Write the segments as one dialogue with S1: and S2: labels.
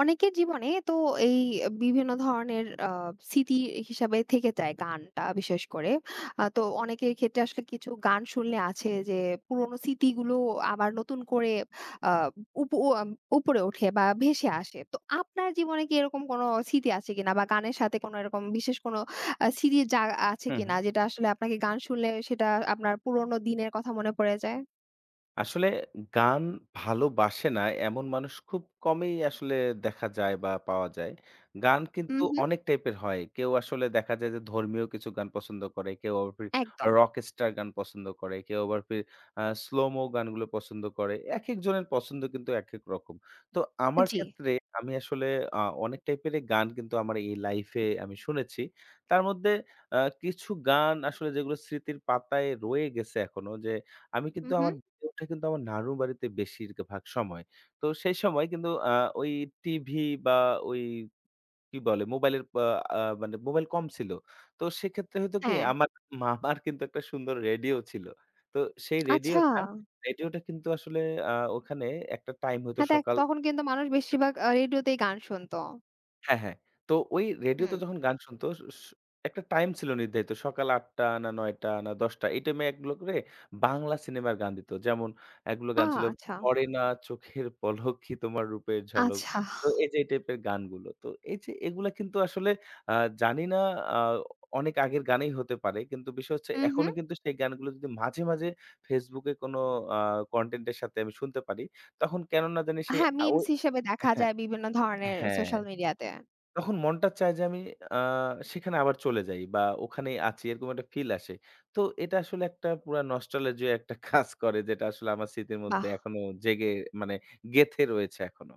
S1: অনেকের জীবনে তো এই বিভিন্ন ধরনের স্মৃতি হিসাবে থেকে যায় গানটা বিশেষ করে। তো অনেকের ক্ষেত্রে আসলে কিছু গান শুনলে আছে যে পুরোনো স্মৃতিগুলো আবার নতুন করে আ উপ উ- আম উপরে ওঠে বা ভেসে আসে। তো আপনার জীবনে কি এরকম কোনো স্মৃতি আছে কিনা বা গানের সাথে কোনো এরকম বিশেষ কোনো স্মৃতি যা আছে
S2: হুম,
S1: কিনা,
S2: হুম।
S1: যেটা আসলে আপনাকে গান শুনলে সেটা আপনার পুরোনো দিনের কথা মনে পড়ে যায়?
S2: আসলে গান ভালোবাসে না এমন মানুষ খুব কমই আসলে দেখা যায় বা পাওয়া যায়। গান
S1: হুম,
S2: কিন্তু
S1: হুম।
S2: অনেক টাইপের হয়। কেউ আসলে দেখা যায় যে ধর্মীয় কিছু গান পছন্দ করে, কেউ আবার ফির
S1: একদম।
S2: রকস্টার গান পছন্দ করে, কেউ আবার ফির স্লোমো গানগুলো পছন্দ করে। একেকজনের পছন্দ কিন্তু একেক রকম। তো আমার
S1: জি।
S2: ক্ষেত্রে আমি আসলে অনেক টাইপেরই গান কিন্তু আমার এই লাইফে আমি শুনেছি। তার মধ্যে কিছু গান আসলে যেগুলো স্মৃতির পাতায় রয়ে গেছে এখনো, যে আমি
S1: হুম,
S2: কিন্তু
S1: হুম।
S2: আমার বেড়ে ওঠা কিন্তু আমার নানুর বাড়িতে বেশিরভাগ সময়। তো সেই সময় কিন্তু ওই টিভি বা ওই কি বলে মোবাইলের আ আ মানে মোবাইল কম ছিল। তো সেক্ষেত্রে হয়তো কি
S1: হ্যাঁ।
S2: আমার মামার কিন্তু একটা সুন্দর রেডিও ছিল। তো সেই
S1: আচ্ছা।
S2: রেডিওটা কিন্তু আসলে ওখানে একটা টাইম হয়তো
S1: হ্যাঁ, দেখ
S2: সকাল।
S1: তখন কিন্তু মানুষ বেশিরভাগ রেডিওতেই গান শুনতো।
S2: হ্যাঁ, হ্যাঁ। তো ওই
S1: হুম।
S2: রেডিওতে যখন গান শুনতো, স স একটা টাইম ছিল নির্ধারিত। সকাল ৮:০০ না ৯:০০ না ১০:০০, এই টাইমে এগুলো করে বাংলা সিনেমার গান দিত। যেমন এগুলো
S1: আ
S2: গান ছিল
S1: আচ্ছা।
S2: পড়ে না চোখের পলকই তোমার রূপের ঝলক।
S1: আচ্ছা।
S2: তো এই যে এই টাইপের গানগুলো। তো এই যে এগুলা কিন্তু আসলে আ জানি না, আ অনেক আগের গানেই হতে পারে। কিন্তু বিষয় হচ্ছে
S1: হু, হু।
S2: এখনো কিন্তু সেই গানগুলো যদি মাঝে, মাঝে Facebook এ কোনো আ কনটেন্ট এর সাথে আমি শুনতে পারি, তখন কেন না জানি সেই
S1: হ্যাঁ, মিমস
S2: ওই।
S1: হিসেবে দেখা
S2: হ্যাঁ,
S1: যায় বিভিন্ন ধরনের
S2: হ্যাঁ।
S1: সোশ্যাল মিডিয়াতে।
S2: তখন মনটা চায় যে আমি আ সেখানে আবার চলে যাই বা ওখানেই আছি, এরকম একটা ফিল আসে। তো এটা আসলে একটা পুরা নস্টালজিয়া একটা কাজ করে, যেটা আসলে আমার স্মৃতির মধ্যে
S1: বাহ!
S2: এখনো জেগে, মানে গেঁথে রয়েছে এখনো।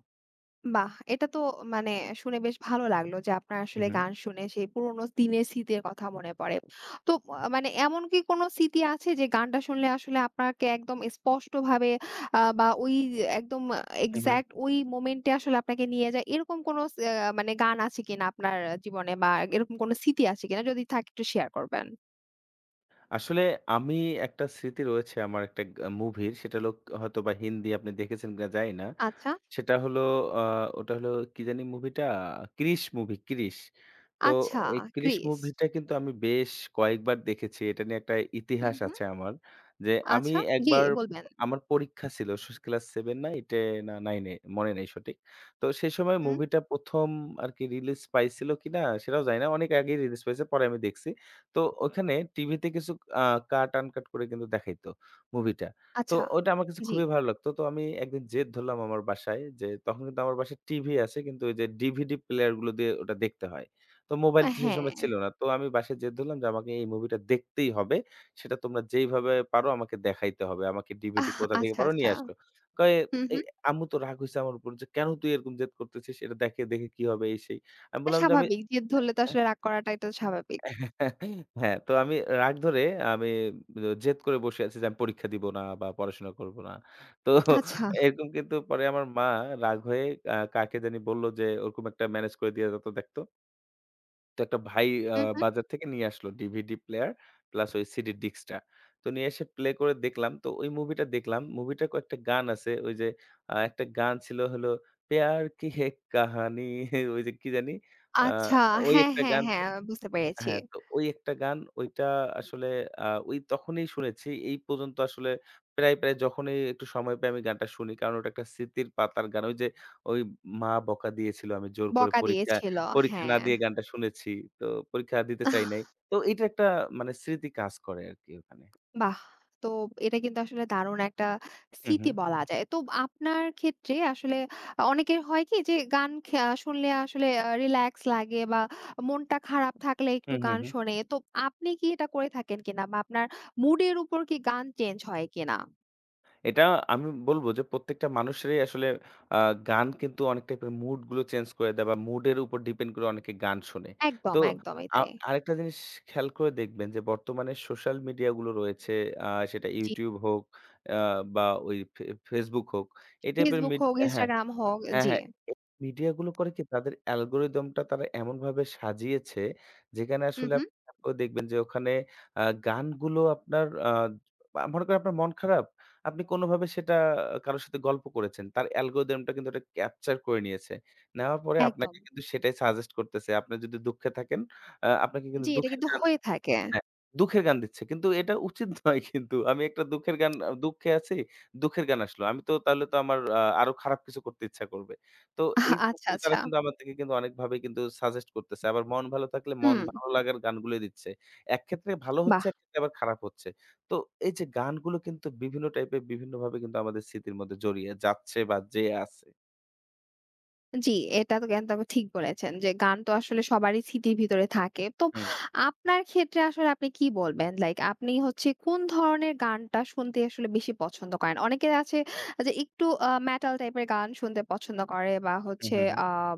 S1: বাহ! এটা তো, মানে শুনে বেশ ভালো লাগলো যে আপনার
S2: হু,
S1: আসলে
S2: হু,
S1: গান শুনে সেই পুরোনো দিনের স্মৃতির কথা মনে পড়ে। তো আ মানে এমন কি কোনো স্মৃতি আছে যে গানটা শুনলে আসলে আপনাকে একদম স্পষ্টভাবে আ বা ওই একদম
S2: হু, হু।
S1: এক্সাক্ট ওই মোমেন্টে আসলে আপনাকে নিয়ে যায়? এরকম কোনো স আ মানে গান আছে কিনা আপনার জীবনে বা এরকম কোনো স্মৃতি আছে কিনা? যদি থাকে একটু শেয়ার করবেন।
S2: আসলে আমি একটা স্মৃতি রয়েছে আমার একটা মুভির, সেটা হলো হয়তোবা হিন্দি, আপনি দেখেছেন কিনা জানি না।
S1: আচ্ছা,
S2: সেটা হলো আ ওটা হলো কি জানি মুভিটা? 'ক্রিশ' মুভি 'ক্রিশ'। তো
S1: আচ্ছা।
S2: এই 'ক্রিশ'
S1: 'ক্রিস'।
S2: মুভিটা কিন্তু আমি বেশ কয়েকবার দেখেছি। এটা নিয়ে একটা
S1: হুম,
S2: ইতিহাস
S1: হুম।
S2: আছে আমার। যে আমি
S1: আচ্ছা। জি,
S2: একবার,
S1: বলবেন।
S2: আমার পরীক্ষা ছিল ক্লাস 7 না 8 এ না 9 এ, মনে নেই সঠিক। তো সেই সময়
S1: হুম।
S2: মুভিটা ১ম আরকি রিলিজ পাইছিল কিনা সেটাও জানি না। অনেক আগেই রিলিজ পাইছে, পরে আমি দেখছি। তো ওখানে টিভিতে কিছু আ কাট আনকাট করে কিন্তু দেখাইতো মুভিটা। তো
S1: আচ্ছা।
S2: ওইটা আমার কাছে
S1: জি।
S2: খুবই ভালো লাগতো। তো আমি একদিন জেদ ধরলাম আমার বাসায় যে, তখন কিন্তু আমার বাসায় টিভি আছে কিন্তু ওই যে ডিভিডি প্লেয়ার গুলো দিয়ে ওটা দেখতে হয়। তো মোবাইল সেই
S1: হ্যাঁ।
S2: সময় ছিল না। তো আমি বাসায় জেদ ধরলাম যে, "আমাকে এই মুভিটা দেখতেই হবে। সেটা তোমরা যেইভাবে পারো আমাকে দেখাইতে হবে। আমাকে ডিভিডি
S1: আহ,
S2: কোথা থেকে
S1: আচ্ছা,
S2: পারো
S1: আচ্ছা।
S2: নিয়ে আসো।" কয়
S1: হুম,
S2: এই
S1: হুম।
S2: আম্মু তো রাগ হইছে আমার উপর যে, "কেন তুই এরকম জেদ করতেছিস? এটা দেখে দেখে কি হবে?" এই সেই। আমি বললাম যে, "আমি"।
S1: স্বাভাবিক। জেদ ধরলে তো আসলে রাগ করাটা এটা স্বাভাবিক।
S2: হ্যাঁ, তো আমি রাগ ধরে আমি জেদ করে বসে আছি যে আমি পরীক্ষা দিব না বা পড়াশোনা করব না। তো
S1: আচ্ছা।
S2: এরকম কিন্তু পরে আমার মা রাগ হয়ে কাকে জানি বলল যে ওরকম একটা ম্যানেজ করে দিয়ে যা তো দেখতো। তো একটা ভাই আ
S1: হুম, হুম।
S2: বাজার থেকে নিয়ে আসলো ডিভিডি প্লেয়ার প্লাস ওই সিডি ডিস্কটা। তো নিয়ে এসে প্লে করে দেখলাম। তো ওই মুভিটা দেখলাম। মুভিটার কয়েকটা গান আছে। ওই যে একটা গান ছিল হলো প্যার কি হে কাহানি ওই যে কি জানি? আ
S1: আচ্ছা।
S2: ওই
S1: হ্যাঁ,
S2: একটা
S1: হ্যাঁ,
S2: গান।
S1: হ্যাঁ। বুঝতে পেরেছি।
S2: হ্যাঁ, তো ওই একটা গান ওইটা আসলে আ ওই তখনই শুনেছি। এই পর্যন্ত আসলে প্রায়, প্রায় যখনই একটু সময় পাই আমি গানটা শুনি। কারণ ওটা একটা স্মৃতির পাতার গান। ওই যে ওই মা বকা দিয়েছিল, আমি জোর করে
S1: বকা দিয়েছিল।
S2: পরীক্ষা না
S1: হ্যাঁ।
S2: দিয়ে গানটা শুনেছি। তো পরীক্ষা দিতে চাই নাই। তো এটা একটা মানে স্মৃতি কাজ করে আরকি ওখানে।
S1: বাহ! তো এটা কিন্তু আসলে দারুণ একটা
S2: হু, হু।
S1: স্মৃতি বলা যায়। তো আপনার ক্ষেত্রে আসলে অনেকের হয় কি যে গান শুনলে আসলে রিল্যাক্স লাগে বা মনটা খারাপ থাকলে
S2: হু,
S1: একটু
S2: হু,
S1: গান
S2: হু।
S1: শোনে। তো আপনি কি এটা করে থাকেন কিনা বা আপনার মুড এর উপর কি গান চেঞ্জ হয় কিনা?
S2: এটা আমি বলব যে প্রত্যেকটা মানুষেরই আসলে আ গান কিন্তু অনেক টাইপের মুড গুলো চেঞ্জ করে দেয় বা মুড এর উপর ডিপেন্ড করে অনেকে গান শোনে।
S1: একদম,
S2: তো
S1: একদমই
S2: আ
S1: তাই।
S2: আরেকটা জিনিস খেয়াল করে দেখবেন যে বর্তমানে সোশ্যাল মিডিয়া গুলো রয়েছে, আ সেটা
S1: জি।
S2: YouTube হোক আ বা ওই Facebook হোক, এই টাইপের
S1: Facebook
S2: মিড।
S1: হোক,
S2: হ্যাঁ।
S1: Instagram হোক,
S2: হ্যাঁ,
S1: জি।
S2: হ্যাঁ। এই মিডিয়া গুলো করে কি তাদের অ্যালগরিদম টা তারা এমনভাবে সাজিয়েছে, যেখানে
S1: হু,
S2: আসলে
S1: হু।
S2: আপনি খেয়াল করে দেখবেন যে ওখানে গানগুলো আপনার আ আ মনে করেন আপনার মন খারাপ, আপনি কোনভাবে সেটা কারো সাথে গল্প করেছেন। তার অ্যালগরিদম টা কিন্তু এটা ক্যাপচার করে নিয়েছে। নেওয়ার পরে
S1: একদম।
S2: আপনাকে কিন্তু সেটাই সাজেস্ট করতেছে। আপনি যদি দুঃখে থাকেন, আপনাকে
S1: জি,
S2: কিন্তু
S1: এটা
S2: দুঃখের
S1: কিন্তু
S2: গান।
S1: হয়ে থাকে।
S2: হ্যাঁ, দুঃখের গান দিচ্ছে। কিন্তু এটা উচিত নয় কিন্তু। আমি একটা দুঃখের গান, দুঃখে আছি, দুঃখের গান আসলো। আমি তো তাহলে তো আমার আরো খারাপ কিছু করতে ইচ্ছা করবে। তো এই
S1: আচ্ছা,
S2: প্রকার তারা
S1: আচ্ছা।
S2: কিন্তু আমার থেকে কিন্তু অনেকভাবে কিন্তু সাজেস্ট করতেছে। আবার মন ভালো থাকলে
S1: হুম,
S2: মন ভালো লাগার গানগুলোই দিচ্ছে। একক্ষেত্রে ভালো
S1: বাহ!
S2: হচ্ছে, একক্ষেত্রে আবার খারাপ হচ্ছে। তো এই যে গানগুলো কিন্তু বিভিন্ন টাইপের বিভিন্নভাবে কিন্তু আমাদের স্মৃতির মধ্যে জড়িয়ে যাচ্ছে বা যেয়ে আছে।
S1: জি, এটা তো কিন্তু আপনি ঠিক বলেছেন যে গান তো আসলে সবারই স্মৃতির ভিতরে থাকে। তো
S2: হুম,
S1: আপনার ক্ষেত্রে আসলে আপনি কি বলবেন? লাইক, আপনি হচ্ছে কোন ধরনের গানটা শুনতে আসলে বেশি পছন্দ করেন? অনেকে আছে যে একটু মেটাল টাইপের গান শুনতে পছন্দ করে বা
S2: হু,
S1: হচ্ছে
S2: হু, হু,
S1: আম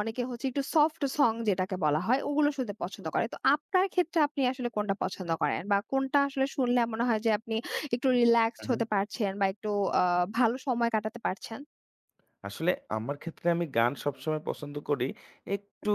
S1: অনেকে হচ্ছে একটু সফট সং যেটাকে বলা হয়, ওগুলো শুনতে পছন্দ করে। তো আপনার ক্ষেত্রে আপনি আসলে কোনটা পছন্দ করেন? বা কোনটা আসলে শুনলে মনে হয় যে আপনি একটু রিল্যাক্সড
S2: হু, হু।
S1: হতে পারছেন বা একটু আ ভালো সময় কাটাতে পারছেন?
S2: আসলে আমার ক্ষেত্রে আমি গান সবসময় পছন্দ করি। একটু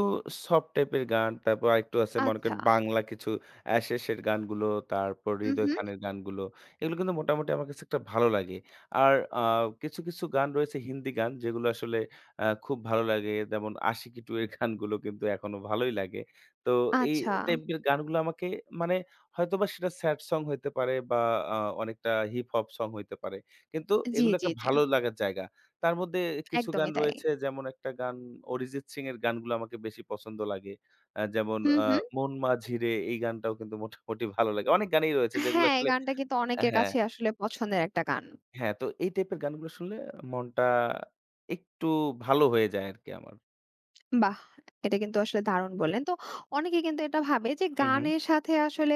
S2: সফট টাইপের গান, তারপর আরেকটু আছে মনে
S1: আচ্ছা।
S2: করেন বাংলা কিছু শেষের গানগুলো, তারপর হৃদয়
S1: উহু।
S2: খানের গানগুলো। এগুলো কিন্তু মোটামুটি আমার কাছে একটা ভালো লাগে। আর কিছু, কিছু গান রয়েছে হিন্দি গান, যেগুলো আসলে খুব ভালো লাগে। যেমন আশিকি 2 এর গানগুলো কিন্তু এখনো ভালোই লাগে। তো এই
S1: আচ্ছা।
S2: টাইপের গানগুলো আমাকে, মানে হয়তোবা সেটা স্যাড সং হইতে পারে বা আ অনেকটা হিপ হপ সং হইতে পারে। কিন্তু
S1: জি,
S2: এগুলো
S1: জি,
S2: একটা
S1: জি।
S2: ভালো লাগার জায়গা। তার মধ্যে কিছু গান
S1: একদমই তাই।
S2: রয়েছে, যেমন একটা গান অরিজিৎ সিং এর গানগুলো আমাকে বেশি পছন্দ লাগে। যেমন
S1: হুম, হুম।
S2: 'মন মাঝিরে' এই গানটাও কিন্তু মোটামুটি ভালো লাগে। অনেক গানই রয়েছে যেগুলো
S1: হ্যাঁ, এই
S2: আসলে
S1: গানটা কিন্তু অনেকের
S2: হ্যাঁ,
S1: কাছেই আসলে পছন্দের একটা গান।
S2: হ্যাঁ, তো এই টাইপের গানগুলো শুনলে মনটা একটু ভালো হয়ে যায় আরকি আমার।
S1: বাহ! এটা কিন্তু আসলে দারুণ বললেন। তো অনেকে কিন্তু এটা ভাবে যে
S2: হু, হু,
S1: গানের সাথে আসলে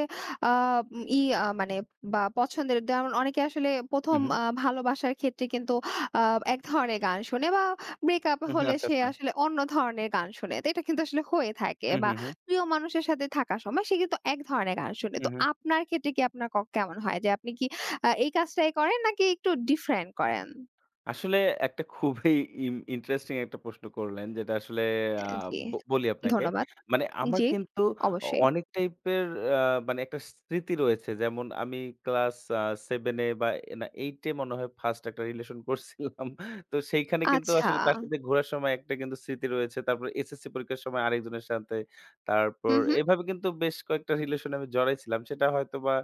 S1: আ উম ই আ মানে বা পছন্দের, যেমন অনেকে আসলে ১ম
S2: হু,
S1: ভালোবাসার ক্ষেত্রে কিন্তু আ এক ধরনের গান শোনে বা ব্রেকআপ
S2: হু, হু,
S1: হলে
S2: আচ্ছা,
S1: সে
S2: আচ্ছা।
S1: আসলে অন্য ধরনের গান শোনে। তো এটা কিন্তু আসলে হয়ে থাকে
S2: হু,
S1: বা
S2: হু, হু,
S1: প্রিয় মানুষের সাথে থাকার সময় সে কিন্তু এক ধরনের গান শোনে।
S2: হু,
S1: তো
S2: হু।
S1: আপনার ক্ষেত্রে কি আপনার কেমন হয়? যে আপনি কি এই কাজটাই করেন নাকি একটু ডিফারেন্ট করেন?
S2: আসলে একটা খুবই ইন্টারেস্টিং একটা প্রশ্ন করলেন, যেটা আসলে আ
S1: অ্যা, জি।
S2: বলি আপনাকে।
S1: ধন্যবাদ।
S2: মানে আমার
S1: জি,
S2: কিন্তু
S1: অবশ্যই।
S2: অনেক টাইপের আ মানে একটা স্মৃতি রয়েছে। যেমন আমি ক্লাস 7 এ বা এ না 8 এ মনে হয় ফার্স্ট একটা রিলেশন করছিলাম। তো সেইখানে কিন্তু
S1: আচ্ছা।
S2: আসলে তার সাথে ঘোরার সময় একটা কিন্তু স্মৃতি রয়েছে। তারপর এসএসসি পরীক্ষার সময় আরেকজনের সাথে। তারপর
S1: হুম, হুম।
S2: এভাবে কিন্তু বেশ কয়েকটা রিলেশন আমি জড়াই ছিলাম। সেটা হয়তোবা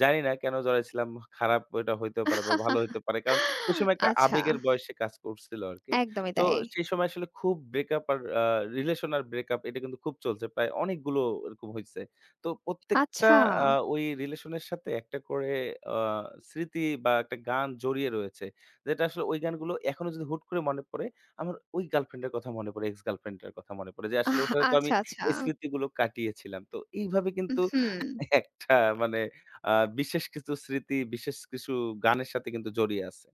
S2: জানি না কেন জড়াই ছিলাম? খারাপ এটা হইতেও পারে বা ভালো হইতে পারে। কারণ ওই সময় একটা
S1: আচ্ছা,
S2: আবেগের বয়সে কাজ করছিল আরকি।
S1: একদমই
S2: তো
S1: তাই।
S2: সেই সময় আসলে খুব ব্রেকআপ আর রিলেশন আর ব্রেকআপ এটা কিন্তু খুব চলছে। প্রায় অনেকগুলো এরকম হইছে। তো প্রত্যেকটা
S1: আচ্ছা,
S2: আ ওই রিলেশনের সাথে একটা করে আ স্মৃতি বা একটা গান জড়িয়ে রয়েছে। যেটা আসলে ওই গানগুলো এখনো যদি হুট করে মনে পড়ে, আমার ওই গার্লফ্রেন্ডের কথা মনে পড়ে, এক্স গার্লফ্রেন্ডের কথা মনে পড়ে। যে আসলে
S1: আহ
S2: ওর সাথে তো আমি
S1: আচ্ছা, আচ্ছা।
S2: এই স্মৃতিগুলো কাটিয়েছিলাম। তো এইভাবে কিন্তু
S1: হুম।
S2: একটা মানে আ বিশেষ কিছু স্মৃতি, বিশেষ কিছু গানের সাথে কিন্তু জড়িয়ে আছে।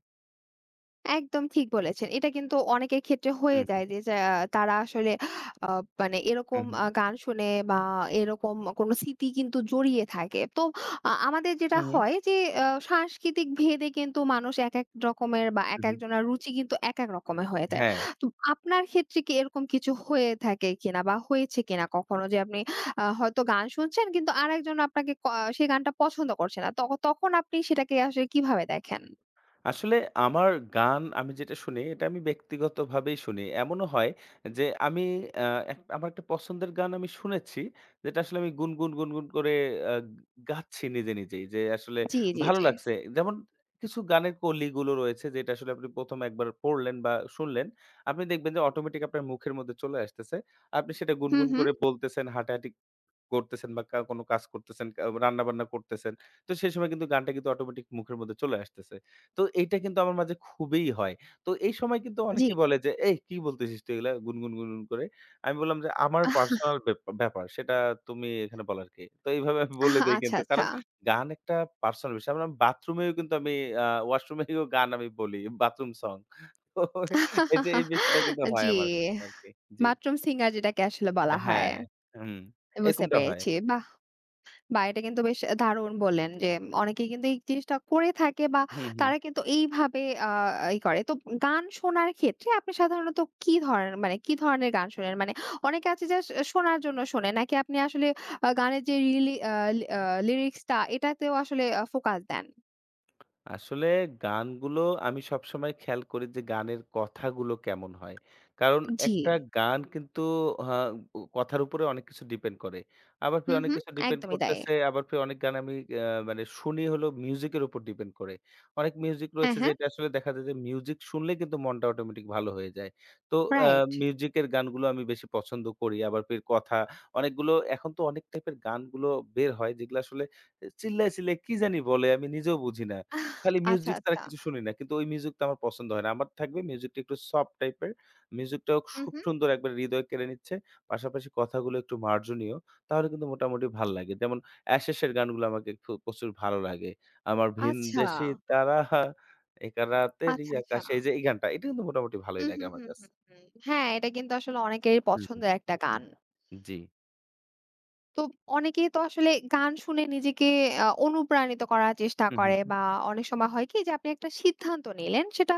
S1: একদম ঠিক বলেছেন। এটা কিন্তু অনেকের ক্ষেত্রে হয়ে
S2: হুম, হুম,
S1: যায় যে তারা আসলে আ মানে এরকম
S2: হুম, হুম,
S1: গান শুনে বা এরকম কোনো স্মৃতি কিন্তু জড়িয়ে থাকে। তো আমাদের যেটা
S2: হুম,
S1: হয় যে সাংস্কৃতিক ভেদে কিন্তু মানুষ একেক রকমের বা
S2: হুম, হুম।
S1: একেকজনের রুচি কিন্তু একেক রকমের হয়ে যায়।
S2: হ্যাঁ,
S1: তো আপনার ক্ষেত্রে কি এরকম কিছু হয়ে থাকে কিনা বা হয়েছে কিনা কখনো, যে আপনি হয়তো গান শুনছেন কিন্তু আরেকজন আপনাকে আহ, সেই গানটা পছন্দ করছে না। তখন আপনি সেটাকে আসলে কিভাবে দেখেন?
S2: আসলে আমার গান আমি যেটা শুনি এটা আমি ব্যক্তিগতভাবেই শুনি। এমনও হয় যে আমি আ আমার একটা পছন্দের গান আমি শুনেছি, যেটা আসলে আমি গুনগুন, গুনগুন করে আ গাচ্ছি নিজে, নিজেই, যে আসলে
S1: জি, জি,
S2: ভালো
S1: জি।
S2: লাগছে। যেমন কিছু গানের কলিগুলো রয়েছে যেটা আসলে আপনি ১ম একবার পড়লেন বা শুনলেন, আপনি দেখবেন যে অটোমেটিক আপনার মুখের মধ্যে চলে আসতেছে। আপনি সেটা
S1: হু,
S2: গুনগুন
S1: হু।
S2: করে বলতেছেন, হাঁটাহাঁটি করতেছেন বা কোনো কাজ করতেছেন, রান্নাবান্না করতেছেন। তো সেই সময় কিন্তু গানটা কিন্তু অটোমেটিক মুখের মধ্যে চলে আসতেছে। তো এইটা কিন্তু আমার মাঝে খুবই হয়। তো এই সময় কিন্তু
S1: জি।
S2: অনেকেই বলে যে, "এই কি বলতেছিস তুই এগুলা গুনগুন, গুনগুন করে?" আমি বললাম যে, "আমার
S1: আহ,
S2: পার্সোনাল ব্যাপার। সেটা তুমি এখানে বলার কে?" তো এইভাবে আমি
S1: আহ,
S2: বলে দেই
S1: আচ্ছা,
S2: কিন্তু।
S1: আচ্ছা।
S2: কারণ গান একটা পার্সোনাল বিষয়। আমরা বাথরুমেও কিন্তু আমি ওয়াশরুমেও গান আমি বলি, বাথরুম সং। তো এই যে এই বিষয়টা কিন্তু
S1: জি,
S2: হয় আমার সাথে আরকি। জি।
S1: বাথরুম সিঙ্গার যেটাকে আসলে বলা হয়।
S2: হ্যাঁ, হুম।
S1: বুঝতে
S2: এরকমটা হয়।
S1: পেরেছি। বাহ! বাহ! এটা কিন্তু বেশ দারুণ বললেন যে অনেকেই কিন্তু এই জিনিসটা করে থাকে বা
S2: হুম, হুম।
S1: তারা কিন্তু এইভাবে আ ই করে। তো গান শোনার ক্ষেত্রে আপনি সাধারণত কি ধরনের গান শোনেন? মানে অনেকে আছে যে শোনার জন্য শোনে নাকি আপনি আসলে গানের যে রিলি আ আ লিরিক্সটা এটাতেও আসলে ফোকাস দেন?
S2: আসলে গানগুলো আমি সবসময় খেয়াল করি যে গানের কথাগুলো কেমন হয়। কারণ
S1: জি।
S2: একটা গান কিন্তু আ কথার উপরে অনেক কিছু ডিপেন্ড করে। আবার
S1: হু,
S2: ফির অনেক
S1: হু।
S2: কিছু ডিপেন্ড
S1: একদমই তাই।
S2: করতেছে, আবার ফির অনেক গান আমি মানে শুনি হলো মিউজিকের উপর ডিপেন্ড করে। অনেক মিউজিক
S1: হ্যাঁ,
S2: রয়েছে
S1: হ্যাঁ।
S2: যেটা আসলে দেখা যায় যে মিউজিক শুনলেই কিন্তু মনটা অটোমেটিক ভালো হয়ে যায়। তো আ
S1: রাইট।
S2: মিউজিকের গানগুলো আমি বেশি পছন্দ করি। আবার ফির কথা অনেকগুলো এখন তো অনেক টাইপের গানগুলো বের হয় যেগুলো আসলে চিল্লায়, চিল্লায় কি জানি বলে আমি নিজেও বুঝি না।
S1: আহ!
S2: খালি
S1: আচ্ছা,
S2: মিউজিক ছাড়া
S1: আচ্ছা।
S2: কিছু শুনি না। কিন্তু ওই মিউজিকটা আমার পছন্দ হয় না। আমার থাকবে মিউজিকটা একটু সফট টাইপের। মিউজিকটাও
S1: হুম,
S2: খুব
S1: হুম।
S2: সুন্দর একবারে হৃদয় কেড়ে নিচ্ছে। পাশাপাশি কথাগুলো একটু মার্জনীয়। তাহলে কিন্তু মোটামুটি ভাল
S1: জি।
S2: লাগে। যেমন অ্যাশেস এর গানগুলো আমাকে প্রচুর ভালো লাগে। আমার
S1: আচ্ছা,
S2: ভিনদেশী তারা, একা রাতেরই
S1: আচ্ছা, আচ্ছা।
S2: আকাশে, এই যে এই গানটা এটা কিন্তু মোটামুটি
S1: হুম,
S2: ভালোই
S1: হুম,
S2: লাগে আমার
S1: হুম,
S2: কাছে।
S1: হুম, হুম। হ্যাঁ, এটা কিন্তু আসলে অনেকেরই
S2: হুম, হুম।
S1: পছন্দের একটা গান।
S2: জি।
S1: তো অনেকেই তো আসলে গান শুনে নিজেকে অনুপ্রাণিত করার চেষ্টা
S2: হুম, হুম,
S1: করে
S2: হুম।
S1: বা অনেক সময় হয় কি যে আপনি একটা সিদ্ধান্ত নিলেন, সেটা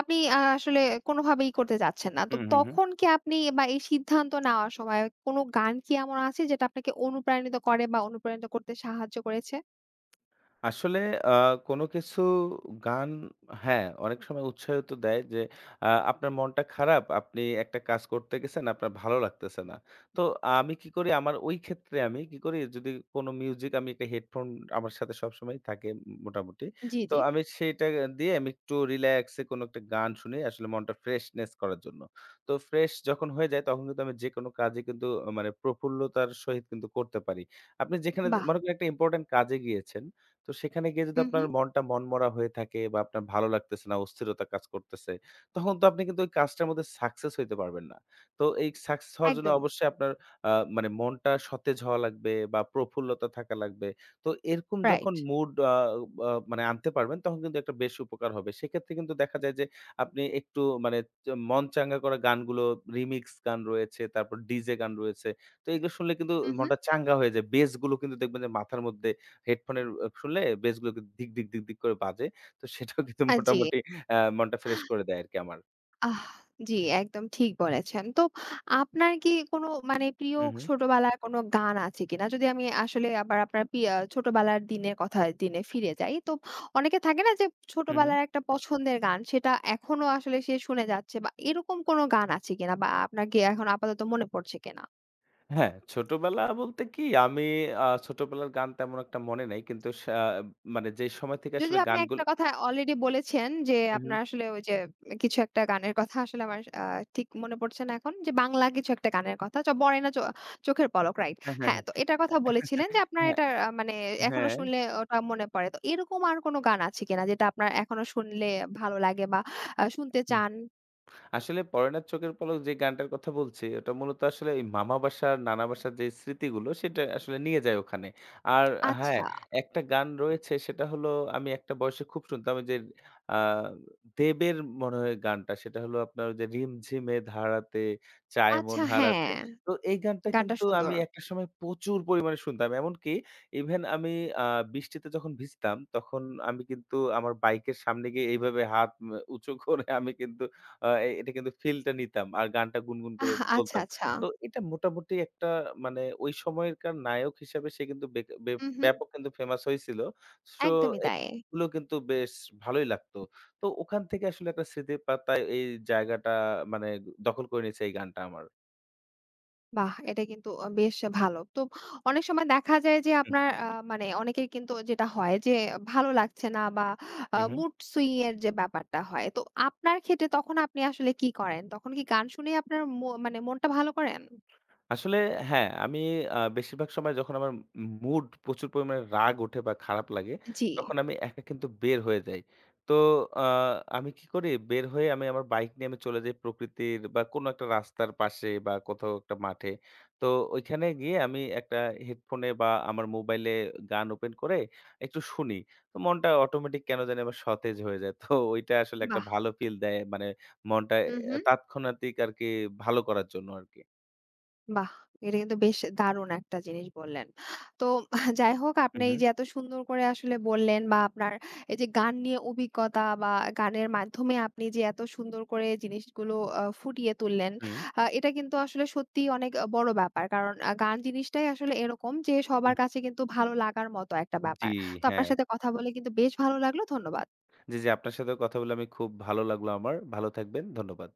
S1: আপনি আসলে কোনোভাবেই করতে যাচ্ছেন না। তো
S2: হুম, হুম, হুম।
S1: তখন কি আপনি বা এই সিদ্ধান্ত নেওয়ার সময় কোনো গান কি এমন আছে যেটা আপনাকে অনুপ্রাণিত করে বা অনুপ্রাণিত করতে সাহায্য করেছে?
S2: আসলে আ কোনো কিছু গান, হ্যাঁ, অনেক সময় উৎসাহিত দেয় যে আপনার মনটা খারাপ, আপনি একটা কাজ করতে গেছেন, আপনার ভালো লাগতেছে না। তো আমি কি করি, আমার ওই ক্ষেত্রে আমি কি করি, যদি কোনো মিউজিক আমি একটা হেডফোন আমার সাথে সবসময় থাকে মোটামুটি।
S1: জি,
S2: তো
S1: জি।
S2: আমি সেটা দিয়ে আমি একটু রিল্যাক্সে কোনো একটা গান শুনি আসলে মনটা ফ্রেশনেস করার জন্য। তো ফ্রেশ যখন হয়ে যায় তখন কিন্তু আমি যেকোনো কাজই কিন্তু আহ, মানে প্রফুল্লতার সহিত কিন্তু করতে পারি। আপনি যেখানে
S1: বাহ!
S2: মনে করেন একটা ইম্পোর্টেন্ট কাজে গিয়েছেন, তো সেখানে গিয়ে যদি
S1: হুম,
S2: আপনার
S1: হুম।
S2: মনটা মনমরা হয়ে থাকে বা আপনার ভালো লাগতেছে না, অস্থিরতা কাজ করতেছে, তখন তো আপনি কিন্তু ওই কাজটার মধ্যে সাকসেস হইতে পারবেন না। তো এই সাকসেস হওয়ার জন্য
S1: একদমই।
S2: অবশ্যই আপনার আ মানে মনটা সতেজ হওয়া লাগবে বা প্রফুল্লতা থাকা লাগবে। তো এরকম যখন
S1: রাইট।
S2: মুড আ আ মানে আনতে পারবেন তখন কিন্তু একটা বেশ উপকার হবে। সেক্ষেত্রে কিন্তু দেখা যায় যে আপনি একটু মানে মন চাঙ্গা করা গানগুলো, রিমিক্স গান রয়েছে, তারপর ডিজে গান রয়েছে। তো এগুলো শুনলে কিন্তু
S1: হুম, হুম।
S2: মনটা চাঙ্গা হয়ে যায়। বেস গুলো কিন্তু দেখবেন যে মাথার মধ্যে হেডফোনের শুনলে বেসগুলো কিন্তু ধিক, ধিক, ধিক, ধিক করে বাজে। তো সেটাও কিন্তু
S1: জি।
S2: মোটামুটি মনটা ফ্রেশ করে দেয় আরকি আমার।
S1: আহ! জি, একদম ঠিক বলেছেন। তো আপনার কি কোনো মানে প্রিয়
S2: হু, হু,
S1: ছোটবেলার কোনো গান আছে কিনা? যদি আমি আসলে আবার আপনার পিয়া ছোটবেলার দিনের কথা দিনে ফিরে যাই। তো অনেকে থাকে না যে
S2: হু, হু।
S1: ছোটবেলার একটা পছন্দের গান সেটা এখনো আসলে সে শুনে যাচ্ছে বা এরকম কোনো গান আছে কিনা বা আপনার কি এখন আপাতত মনে পড়ছে কিনা?
S2: হ্যাঁ, ছোটবেলা বলতে কি আমি ছোটবেলার গান তেমন একটা মনে নাই। কিন্তু মানে যে সময় থেকে
S1: যদি
S2: আসলে
S1: আপনি একটা
S2: গানগুলো,
S1: কথা অলরেডি বলেছেন যে
S2: হু, হু।
S1: আপনার আসলে ওই যে কিছু একটা গানের কথা, আসলে আমার ঠিক মনে পড়ছে না এখন। যে বাংলা কিছু একটা গানের কথা। 'পড়ে না চোখের পলক', রাইট।
S2: হ্যাঁ, হ্যাঁ,
S1: হ্যাঁ,
S2: হ্যাঁ।
S1: তো এটার কথা বলেছিলেন যে আপনার
S2: হ্যাঁ,
S1: এটা আ মানে এখনো
S2: হ্যাঁ।
S1: শুনলে ওটা মনে পড়ে। তো এরকম আর কোনো গান আছে কিনা যেটা আপনার এখনো শুনলে ভালো লাগে বা শুনতে চান?
S2: আসলে পড়ে না চোখের পলক যে গানটার কথা বলছি, ওটা মূলত আসলে এই মামা বাসার, নানা বাসার যে স্মৃতিগুলো সেটা আসলে নিয়ে যায় ওখানে। আর হ্যাঁ,
S1: আচ্ছা,
S2: একটা গান রয়েছে সেটা হলো আমি একটা বয়সে খুব শুনতাম ওই যে আ দেবের মনে হয় গানটা, সেটা হলো আপনার ওই যে রিমঝিমে ধারাতে চায় মন
S1: আচ্ছা,
S2: হারাতে।
S1: হ্যাঁ,
S2: তো এই গানটা
S1: গানটা
S2: কিন্তু
S1: সুন্দর।
S2: আমি একটা সময় প্রচুর পরিমাণে শুনতাম। এমনকি ইভেন আমি আ বৃষ্টিতে যখন ভিজতাম তখন আমি কিন্তু আমার বাইকের সামনে গিয়ে এইভাবে হাত উঁচু করে আমি কিন্তু এটা কিন্তু ফিলটা নিতাম। আর গানটা গুনগুন করে
S1: আহ! আচ্ছা,
S2: বলতাম।
S1: আচ্ছা।
S2: তো এটা মোটামুটি একটা মানে ওই সময়কার নায়ক হিসাবে সে কিন্তু বেক বে
S1: হু, হু।
S2: ব্যাপক কিন্তু ফেমাস হয়েছিল। সো
S1: একদমই তাই।
S2: এগুলো কিন্তু বেশ ভালোই লাগতো। তো ওখান থেকে আসলে একটা স্মৃতির পাতায় এই জায়গাটা মানে দখল করে নিয়েছে এই গানটা আমার।
S1: বাহ! এটা কিন্তু বেশ ভালো। তো অনেক সময় দেখা যায় যে
S2: হু, হু,
S1: আপনার আ মানে অনেকের কিন্তু যেটা হয় যে ভালো লাগছে না বা
S2: হু, হু।
S1: মুড সুইং এর যে ব্যাপারটা হয়। তো আপনার ক্ষেত্রে তখন আপনি আসলে কি করেন? তখন কি গান শুনেই আপনার মো মানে মনটা ভালো করেন?
S2: আসলে হ্যাঁ, আমি বেশিরভাগ সময় যখন আমার মুড প্রচুর পরিমাণে রাগ ওঠে বা খারাপ লাগে,
S1: জি।
S2: তখন আমি একা কিন্তু বের হয়ে যাই। তো আ আমি কি করি? বের হয়ে আমি আমার বাইক নিয়ে আমি চলে যাই প্রকৃতির বা কোনো একটা রাস্তার পাশে বা কোথাও একটা মাঠে। তো ওইখানে গিয়ে আমি একটা হেডফোনে বা আমার মোবাইলে গান ওপেন করে একটু শুনি। তো মনটা অটোমেটিক কেন জানি আমার সতেজ হয়ে যায়। তো ওইটা আসলে একটা
S1: বাহ!
S2: ভালো ফিল দেয়। মানে মনটা
S1: হু, হু।
S2: তাৎক্ষণাতিক আরকি ভালো করার জন্য আরকি।
S1: বাহ! এটা কিন্তু বেশ দারুণ একটা জিনিস বললেন। তো যাই হোক,
S2: হু,
S1: আপনি
S2: হু,
S1: এই যে এত সুন্দর করে আসলে বললেন বা আপনার এই যে গান নিয়ে অভিজ্ঞতা বা গানের মাধ্যমে আপনি যে এত সুন্দর করে জিনিসগুলো ফুটিয়ে তুললেন,
S2: হু।
S1: এটা কিন্তু আসলে সত্যিই অনেক বড় ব্যাপার। কারণ গান জিনিসটাই আসলে এরকম যে সবার
S2: হুম,
S1: কাছে কিন্তু ভালো লাগার মতো একটা
S2: জি,
S1: ব্যাপার। তো আপনার
S2: হ্যাঁ।
S1: সাথে কথা বলে কিন্তু বেশ ভালো লাগলো। ধন্যবাদ।
S2: জি, জি, আপনার সাথেও কথা বলে আমি খুব ভালো লাগলো আমার। ভালো থাকবেন। ধন্যবাদ।